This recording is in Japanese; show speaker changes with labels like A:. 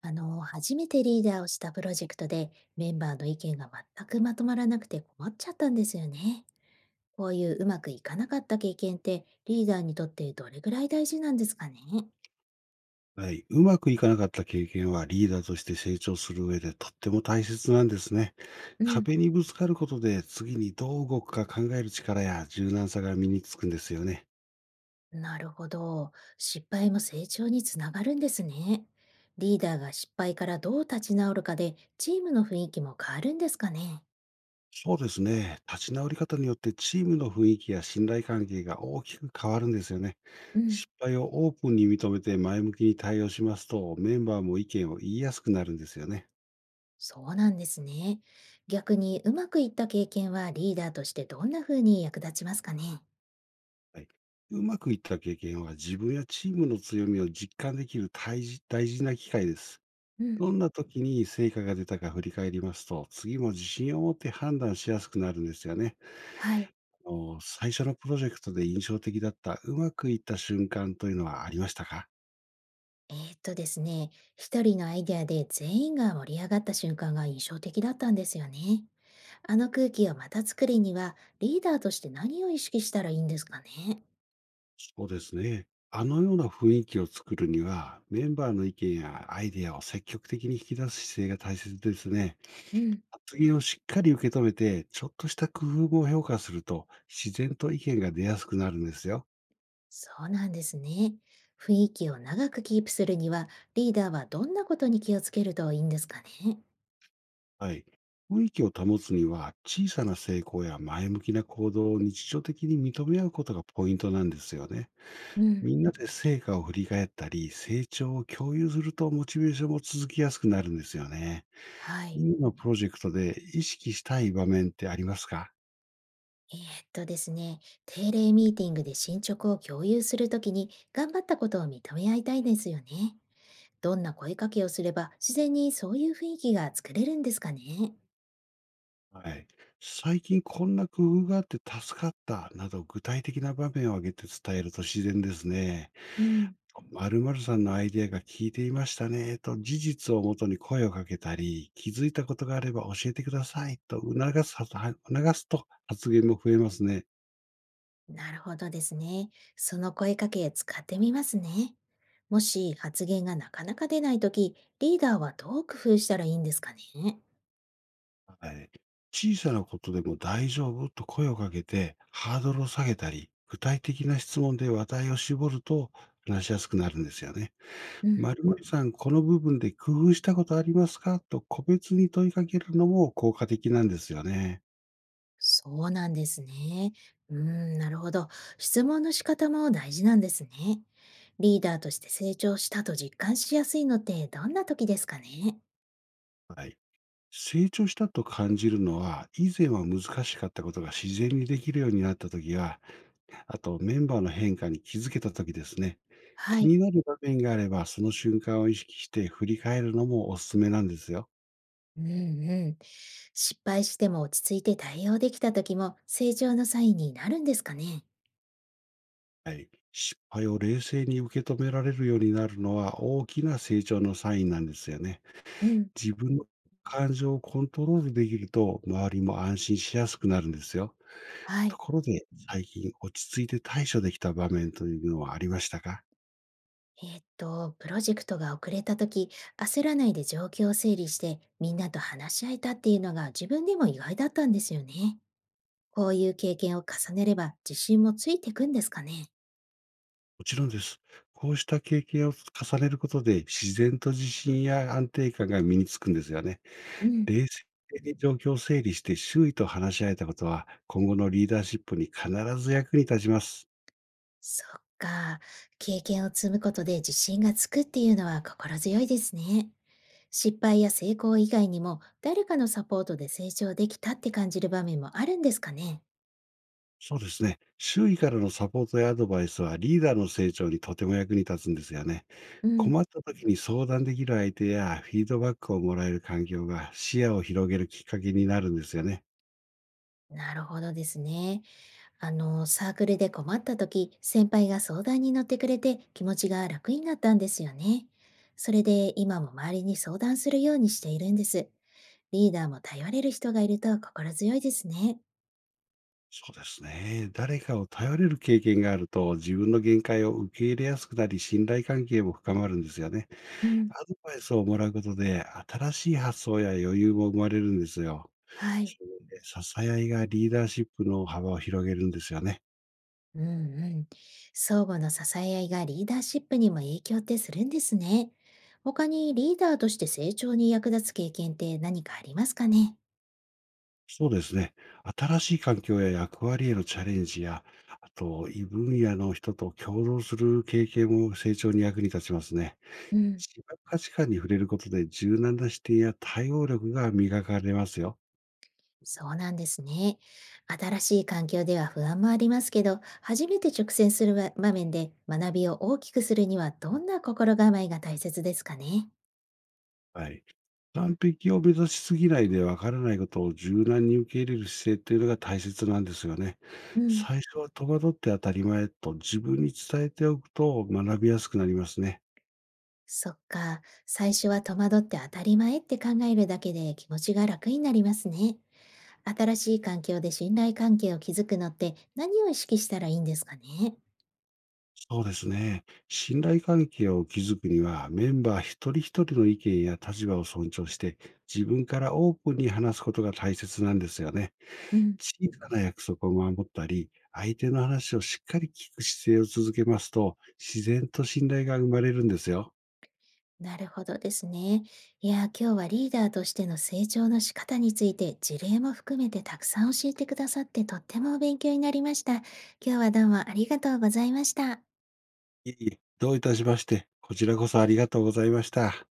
A: 初めてリーダーをしたプロジェクトでメンバーの意見が全くまとまらなくて困っちゃったんですよね。こういううまくいかなかった経験ってリーダーにとってどれぐらい大事なんですかね？
B: はい。うまくいかなかった経験はリーダーとして成長する上でとっても大切なんですね。
A: うん。
B: 壁にぶつかることで次にどう動くか考える力や柔軟さが身につくんですよね。
A: なるほど。失敗も成長につながるんですね。リーダーが失敗からどう立ち直るかでチームの雰囲気も変わるんですかね？
B: そうですね。立ち直り方によってチームの雰囲気や信頼関係が大きく変わるんですよね。
A: うん。
B: 失敗をオープンに認めて前向きに対応しますと、メンバーも意見を言いやすくなるんですよね。
A: そうなんですね。逆にうまくいった経験はリーダーとしてどんな風に役立ちますかね？
B: はい。うまくいった経験は自分やチームの強みを実感できる大事な機会です。
A: うん。
B: どんな時に成果が出たか振り返りますと、次も自信を持って判断しやすくなるんですよね。
A: はい。
B: あの、最初のプロジェクトで印象的だった、うまくいった瞬間というのはありましたか？
A: ですね、一人のアイデアで全員が盛り上がった瞬間が印象的だったんですよね。あの空気をまた作りには、リーダーとして何を意識したらいいんですかね。
B: そうですね。あのような雰囲気を作るには、メンバーの意見やアイデアを積極的に引き出す姿勢が大切ですね。
A: うん、
B: 発言をしっかり受け止めて、ちょっとした工夫も評価すると、自然と意見が出やすくなるんですよ。
A: そうなんですね。雰囲気を長くキープするには、リーダーはどんなことに気をつけるといいんですかね。
B: はい。雰囲気を保つには、小さな成功や前向きな行動を日常的に認め合うことがポイントなんですよね。
A: うん、
B: みんなで成果を振り返ったり、成長を共有するとモチベーションも続きやすくなるんですよね。
A: はい。
B: 今のプロジェクトで意識したい場面ってありますか？
A: ですね、定例ミーティングで進捗を共有するときに、頑張ったことを認め合いたいですよね。どんな声かけをすれば自然にそういう雰囲気が作れるんですかね？
B: はい。最近こんな工夫があって助かったなど具体的な場面を挙げて伝えると自然ですね。
A: うん。
B: 〇〇さんのアイデアが効いていましたねと事実をもとに声をかけたり、気づいたことがあれば教えてくださいと促すはたは促すと発言も増えますね。
A: なるほどですね。その声かけ使ってみますね。もし発言がなかなか出ないとき、リーダーはどう工夫したらいいんですかね？
B: はい。小さなことでも大丈夫と声をかけてハードルを下げたり、具体的な質問で話題を絞ると話しやすくなるんですよね。
A: うん。
B: 〇〇さん、この部分で工夫したことありますかと個別に問いかけるのも効果的なんですよね。
A: そうなんですね。うん、なるほど。質問の仕方も大事なんですね。リーダーとして成長したと実感しやすいのってどんな時ですかね？
B: はい。成長したと感じるのは、以前は難しかったことが自然にできるようになったときや、あとメンバーの変化に気づけたときですね。
A: は
B: 気
A: い。
B: になる場面があれば、その瞬間を意識して振り返るのもおすすめなんですよ。
A: うんうん。失敗しても落ち着いて対応できた時も成長のサインになるんですかね？
B: はい。失敗を冷静に受け止められるようになるのは大きな成長のサインなんですよね。
A: うん。
B: 自分の感情をコントロールできると、周りも安心しやすくなるんですよ。
A: は
B: と
A: い。
B: ころで、最近落ち着いて対処できた場面というのはありましたか？
A: プロジェクトが遅れた時、焦らないで状況を整理してみんなと話し合えたっていうのが自分でも意外だったんですよね。こういう経験を重ねれば自信もついてくんですかね？
B: もちろんです。こうした経験を重ねることで、自然と自信や安定感が身につくんですよね。
A: うん。
B: 冷静に状況を整理して周囲と話し合えたことは、今後のリーダーシップに必ず役に立ちます。
A: そっか。経験を積むことで自信がつくっていうのは心強いですね。失敗や成功以外にも、誰かのサポートで成長できたって感じる場面もあるんですかね？
B: そうですね。周囲からのサポートやアドバイスはリーダーの成長にとても役に立つんですよね。
A: うん、
B: 困った時に相談できる相手やフィードバックをもらえる環境が視野を広げるきっかけになるんですよね。
A: なるほどですね。サークルで困った時、先輩が相談に乗ってくれて気持ちが楽になったんですよね。それで今も周りに相談するようにしているんです。リーダーも頼れる人がいると心強いですね。
B: そうですね。誰かを頼れる経験があると、自分の限界を受け入れやすくなり、信頼関係も深まるんですよね。
A: うん、
B: アドバイスをもらうことで、新しい発想や余裕も生まれるんですよ。
A: はい。
B: それで支え合いがリーダーシップの幅を広げるんですよね。
A: うんうん。相互の支え合いがリーダーシップにも影響ってするんですね。他にリーダーとして成長に役立つ経験って何かありますかね？
B: そうですね。新しい環境や役割へのチャレンジや、あと、異分野の人と共同する経験も成長に役に立ちますね。
A: うん、
B: 違う価値観に触れることで柔軟な視点や対応力が磨かれますよ。
A: そうなんですね。新しい環境では不安もありますけど、初めて直面する場面で学びを大きくするにはどんな心構えが大切ですかね？
B: はい。完璧を目指しすぎないでわからないことを柔軟に受け入れる姿勢っていうのが大切なんですよね。
A: うん、
B: 最初は戸惑って当たり前と自分に伝えておくと学びやすくなりますね。
A: そっか、最初は戸惑って当たり前って考えるだけで気持ちが楽になりますね。新しい環境で信頼関係を築くのって何を意識したらいいんですかね？
B: そうですね。信頼関係を築くにはメンバー一人一人の意見や立場を尊重して自分からオープンに話すことが大切なんですよね。
A: うん、
B: 小さな約束を守ったり、相手の話をしっかり聞く姿勢を続けますと、自然と信頼が生まれるんですよ。
A: なるほどですね。いや、今日はリーダーとしての成長の仕方について事例も含めてたくさん教えてくださってとっても勉強になりました。今日はどうもありがとうございました。
B: いえいえ、どういたしまして、こちらこそありがとうございました。